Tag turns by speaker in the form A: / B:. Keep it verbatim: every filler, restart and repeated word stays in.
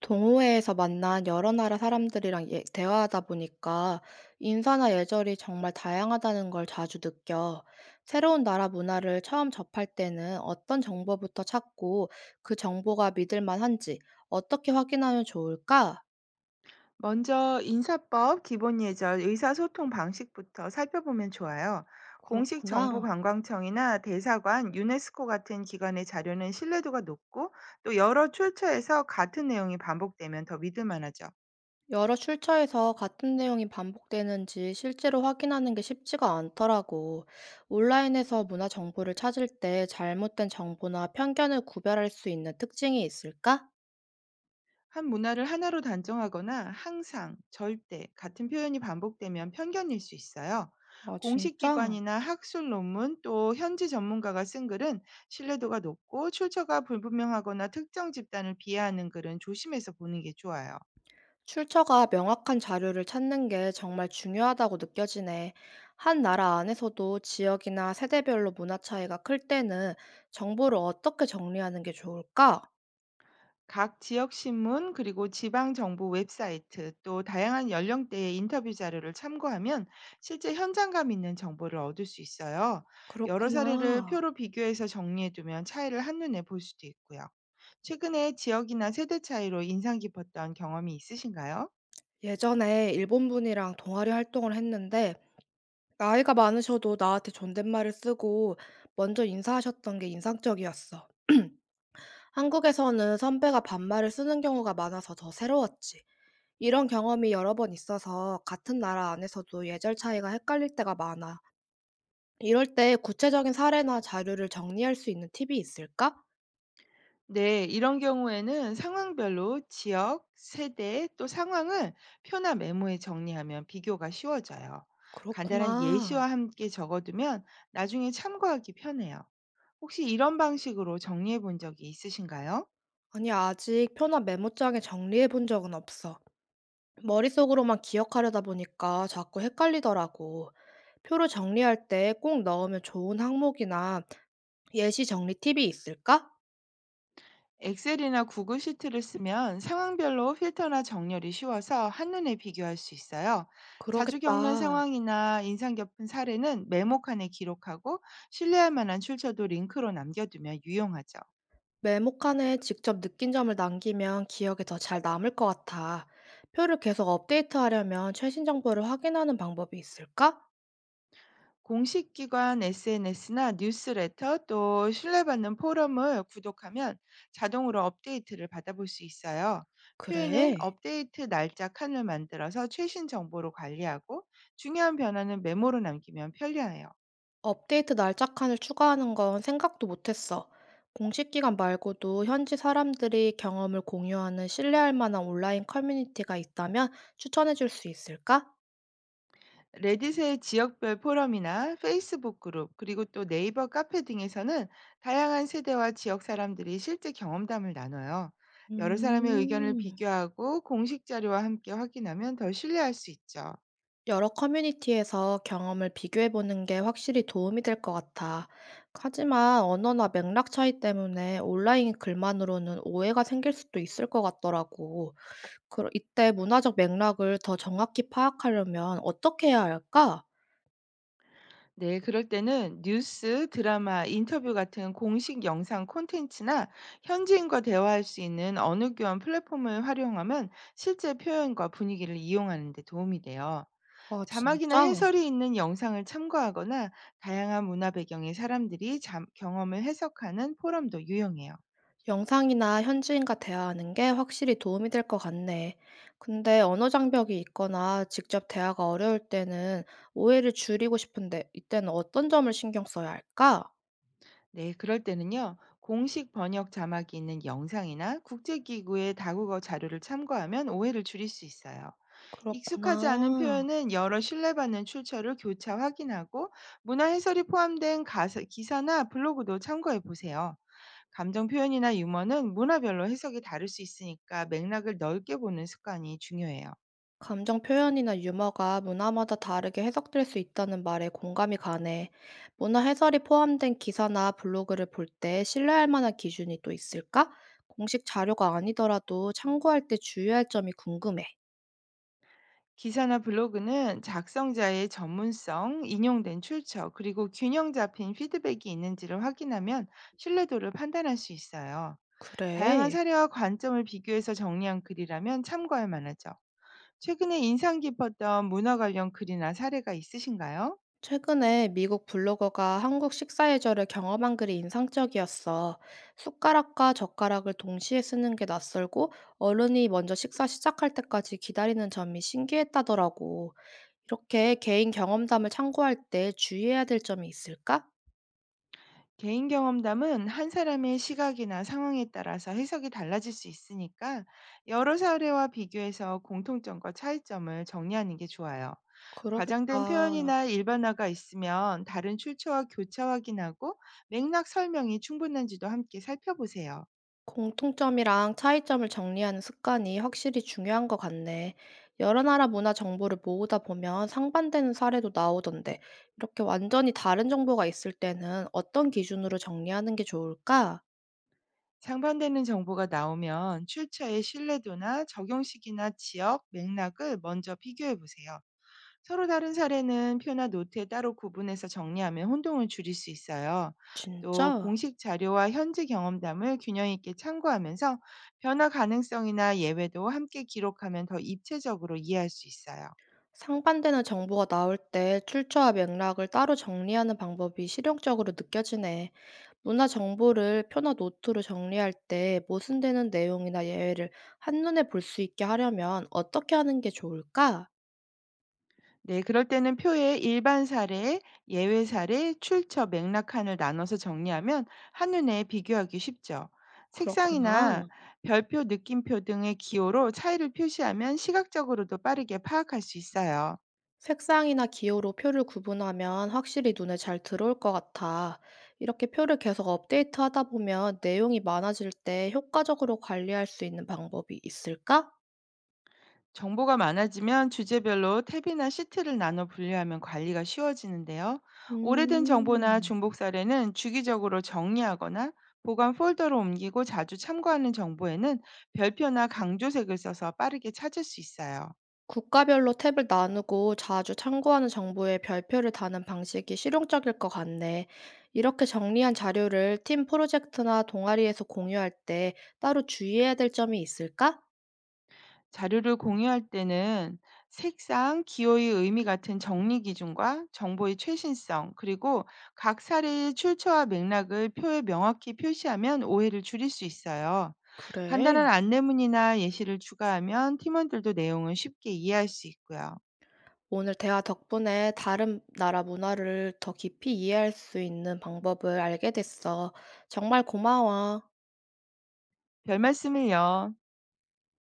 A: 동호회에서 만난 여러 나라 사람들이랑 예- 대화하다 보니까 인사나 예절이 정말 다양하다는 걸 자주 느껴. 새로운 나라 문화를 처음 접할 때는 어떤 정보부터 찾고 그 정보가 믿을 만한지 어떻게 확인하면 좋을까?
B: 먼저 인사법, 기본 예절, 의사소통 방식부터 살펴보면 좋아요. 공식 정부
A: 그렇구나.
B: 관광청이나 대사관, 유네스코 같은 기관의 자료는 신뢰도가 높고 또 여러 출처에서 같은 내용이 반복되면 더 믿을 만하죠.
A: 여러 출처에서 같은 내용이 반복되는지 실제로 확인하는 게 쉽지가 않더라고. 온라인에서 문화 정보를 찾을 때 잘못된 정보나 편견을 구별할 수 있는 특징이 있을까?
B: 한 문화를 하나로 단정하거나 항상, 절대 같은 표현이 반복되면 편견일 수 있어요.
A: 아,
B: 공식
A: 진짜?
B: 기관이나 학술 논문 또 현지 전문가가 쓴 글은 신뢰도가 높고 출처가 불분명하거나 특정 집단을 비하하는 글은 조심해서 보는 게 좋아요.
A: 출처가 명확한 자료를 찾는 게 정말 중요하다고 느껴지네. 한 나라 안에서도 지역이나 세대별로 문화 차이가 클 때는 정보를 어떻게 정리하는 게 좋을까?
B: 각 지역 신문 그리고 지방 정부 웹사이트 또 다양한 연령대의 인터뷰 자료를 참고하면 실제 현장감 있는 정보를 얻을 수 있어요. 여러 사례를
A: 그렇구나.
B: 표로 비교해서 정리해 두면 차이를 한눈에 볼 수도 있고요. 최근에 지역이나 세대 차이로 인상 깊었던 경험이 있으신가요?
A: 예전에 일본 분이랑 동아리 활동을 했는데, 나이가 많으셔도 나한테 존댓말을 쓰고 먼저 인사하셨던 게 인상적이었어. 한국에서는 선배가 반말을 쓰는 경우가 많아서 더 새로웠지. 이런 경험이 여러 번 있어서 같은 나라 안에서도 예절 차이가 헷갈릴 때가 많아. 이럴 때 구체적인 사례나 자료를 정리할 수 있는 팁이 있을까?
B: 네, 이런 경우에는 상황별로 지역, 세대, 또 상황을 표나 메모에 정리하면 비교가 쉬워져요. 간단한
A: 그렇구나.
B: 예시와 함께 적어두면 나중에 참고하기 편해요. 혹시 이런 방식으로 정리해 본 적이 있으신가요?
A: 아니, 아직 표나 메모장에 정리해 본 적은 없어. 머릿속으로만 기억하려다 보니까 자꾸 헷갈리더라고. 표를 정리할 때 꼭 넣으면 좋은 항목이나 예시 정리 팁이 있을까?
B: 엑셀이나 구글 시트를 쓰면 상황별로 필터나 정렬이 쉬워서 한눈에 비교할 수 있어요. 자주 겪는
A: 그러겠다.
B: 상황이나 인상 깊은 사례는 메모칸에 기록하고 신뢰할 만한 출처도 링크로 남겨두면 유용하죠.
A: 메모칸에 직접 느낀 점을 남기면 기억에 더 잘 남을 것 같아. 표를 계속 업데이트하려면 최신 정보를 확인하는 방법이 있을까?
B: 공식 기관 에스엔에스나 뉴스레터 또 신뢰받는 포럼을 구독하면 자동으로 업데이트를 받아볼 수 있어요. 표에는
A: 그래.
B: 업데이트 날짜 칸을 만들어서 최신 정보로 관리하고 중요한 변화는 메모로 남기면 편리해요.
A: 업데이트 날짜 칸을 추가하는 건 생각도 못했어. 공식 기관 말고도 현지 사람들이 경험을 공유하는 신뢰할 만한 온라인 커뮤니티가 있다면 추천해 줄 수 있을까?
B: 레딧의 지역별 포럼이나 페이스북 그룹 그리고 또 네이버 카페 등에서는 다양한 세대와 지역 사람들이 실제 경험담을 나눠요. 여러 사람의 의견을
A: 음.
B: 비교하고 공식 자료와 함께 확인하면 더 신뢰할 수 있죠.
A: 여러 커뮤니티에서 경험을 비교해 보는 게 확실히 도움이 될 것 같아. 하지만 언어나 맥락 차이 때문에 온라인 글만으로는 오해가 생길 수도 있을 것 같더라고. 그 이때 문화적 맥락을 더 정확히 파악하려면 어떻게 해야 할까?
B: 네, 그럴 때는 뉴스, 드라마, 인터뷰 같은 공식 영상 콘텐츠나 현지인과 대화할 수 있는 언어 교환 플랫폼을 활용하면 실제 표현과 분위기를 이용하는 데 도움이 돼요.
A: 아,
B: 자막이나
A: 진짜?
B: 해설이 있는 영상을 참고하거나 다양한 문화 배경의 사람들이 잠- 경험을 해석하는 포럼도 유용해요.
A: 영상이나 현지인과 대화하는 게 확실히 도움이 될 것 같네. 근데 언어 장벽이 있거나 직접 대화가 어려울 때는 오해를 줄이고 싶은데 이때는 어떤 점을 신경 써야 할까?
B: 네, 그럴 때는요. 공식 번역 자막이 있는 영상이나 국제기구의 다국어 자료를 참고하면 오해를 줄일 수 있어요. 익숙하지 않은
A: 그렇구나.
B: 표현은 여러 신뢰받는 출처를 교차 확인하고 문화 해설이 포함된 가사, 기사나 블로그도 참고해 보세요. 감정 표현이나 유머는 문화별로 해석이 다를 수 있으니까 맥락을 넓게 보는 습관이 중요해요.
A: 감정 표현이나 유머가 문화마다 다르게 해석될 수 있다는 말에 공감이 가네. 문화 해설이 포함된 기사나 블로그를 볼 때 신뢰할 만한 기준이 또 있을까? 공식 자료가 아니더라도 참고할 때 주의할 점이 궁금해.
B: 기사나 블로그는 작성자의 전문성, 인용된 출처, 그리고 균형 잡힌 피드백이 있는지를 확인하면 신뢰도를 판단할 수 있어요. 다양한
A: 그래.
B: 사례와 관점을 비교해서 정리한 글이라면 참고할 만하죠. 최근에 인상 깊었던 문화 관련 글이나 사례가 있으신가요?
A: 최근에 미국 블로거가 한국 식사 예절을 경험한 글이 인상적이었어. 숟가락과 젓가락을 동시에 쓰는 게 낯설고 어른이 먼저 식사 시작할 때까지 기다리는 점이 신기했다더라고. 이렇게 개인 경험담을 참고할 때 주의해야 될 점이 있을까?
B: 개인 경험담은 한 사람의 시각이나 상황에 따라서 해석이 달라질 수 있으니까 여러 사례와 비교해서 공통점과 차이점을 정리하는 게 좋아요. 과장된
A: 그러겠다.
B: 표현이나 일반화가 있으면 다른 출처와 교차 확인하고 맥락 설명이 충분한지도 함께 살펴보세요.
A: 공통점이랑 차이점을 정리하는 습관이 확실히 중요한 것 같네. 여러 나라 문화 정보를 모으다 보면 상반되는 사례도 나오던데, 이렇게 완전히 다른 정보가 있을 때는 어떤 기준으로 정리하는 게 좋을까?
B: 상반되는 정보가 나오면 출처의 신뢰도나 적용식이나 지역, 맥락을 먼저 비교해 보세요. 서로 다른 사례는 표나 노트에 따로 구분해서 정리하면 혼동을 줄일 수 있어요. 또
A: 진짜?
B: 공식 자료와 현지 경험담을 균형 있게 참고하면서 변화 가능성이나 예외도 함께 기록하면 더 입체적으로 이해할 수 있어요.
A: 상반되는 정보가 나올 때 출처와 맥락을 따로 정리하는 방법이 실용적으로 느껴지네. 문화 정보를 표나 노트로 정리할 때 모순되는 내용이나 예외를 한눈에 볼 수 있게 하려면 어떻게 하는 게 좋을까?
B: 네, 그럴 때는 표에 일반 사례, 예외 사례, 출처 맥락 칸을 나눠서 정리하면 한눈에 비교하기 쉽죠.
A: 그렇구나.
B: 색상이나 별표, 느낌표 등의 기호로 차이를 표시하면 시각적으로도 빠르게 파악할 수 있어요.
A: 색상이나 기호로 표를 구분하면 확실히 눈에 잘 들어올 것 같아. 이렇게 표를 계속 업데이트하다 보면 내용이 많아질 때 효과적으로 관리할 수 있는 방법이 있을까?
B: 정보가 많아지면 주제별로 탭이나 시트를 나눠 분류하면 관리가 쉬워지는데요. 오래된 정보나
A: 음,
B: 중복 사례는 주기적으로 정리하거나 보관 폴더로 옮기고 자주 참고하는 정보에는 별표나 강조색을 써서 빠르게 찾을 수 있어요.
A: 국가별로 탭을 나누고 자주 참고하는 정보에 별표를 다는 방식이 실용적일 것 같네. 이렇게 정리한 자료를 팀 프로젝트나 동아리에서 공유할 때 따로 주의해야 될 점이 있을까?
B: 자료를 공유할 때는 색상, 기호의 의미 같은 정리 기준과 정보의 최신성, 그리고 각 사례의 출처와 맥락을 표에 명확히 표시하면 오해를 줄일 수 있어요. 간단한
A: 그래.
B: 안내문이나 예시를 추가하면 팀원들도 내용을 쉽게 이해할 수 있고요.
A: 오늘 대화 덕분에 다른 나라 문화를 더 깊이 이해할 수 있는 방법을 알게 됐어. 정말 고마워.
B: 별 말씀을요.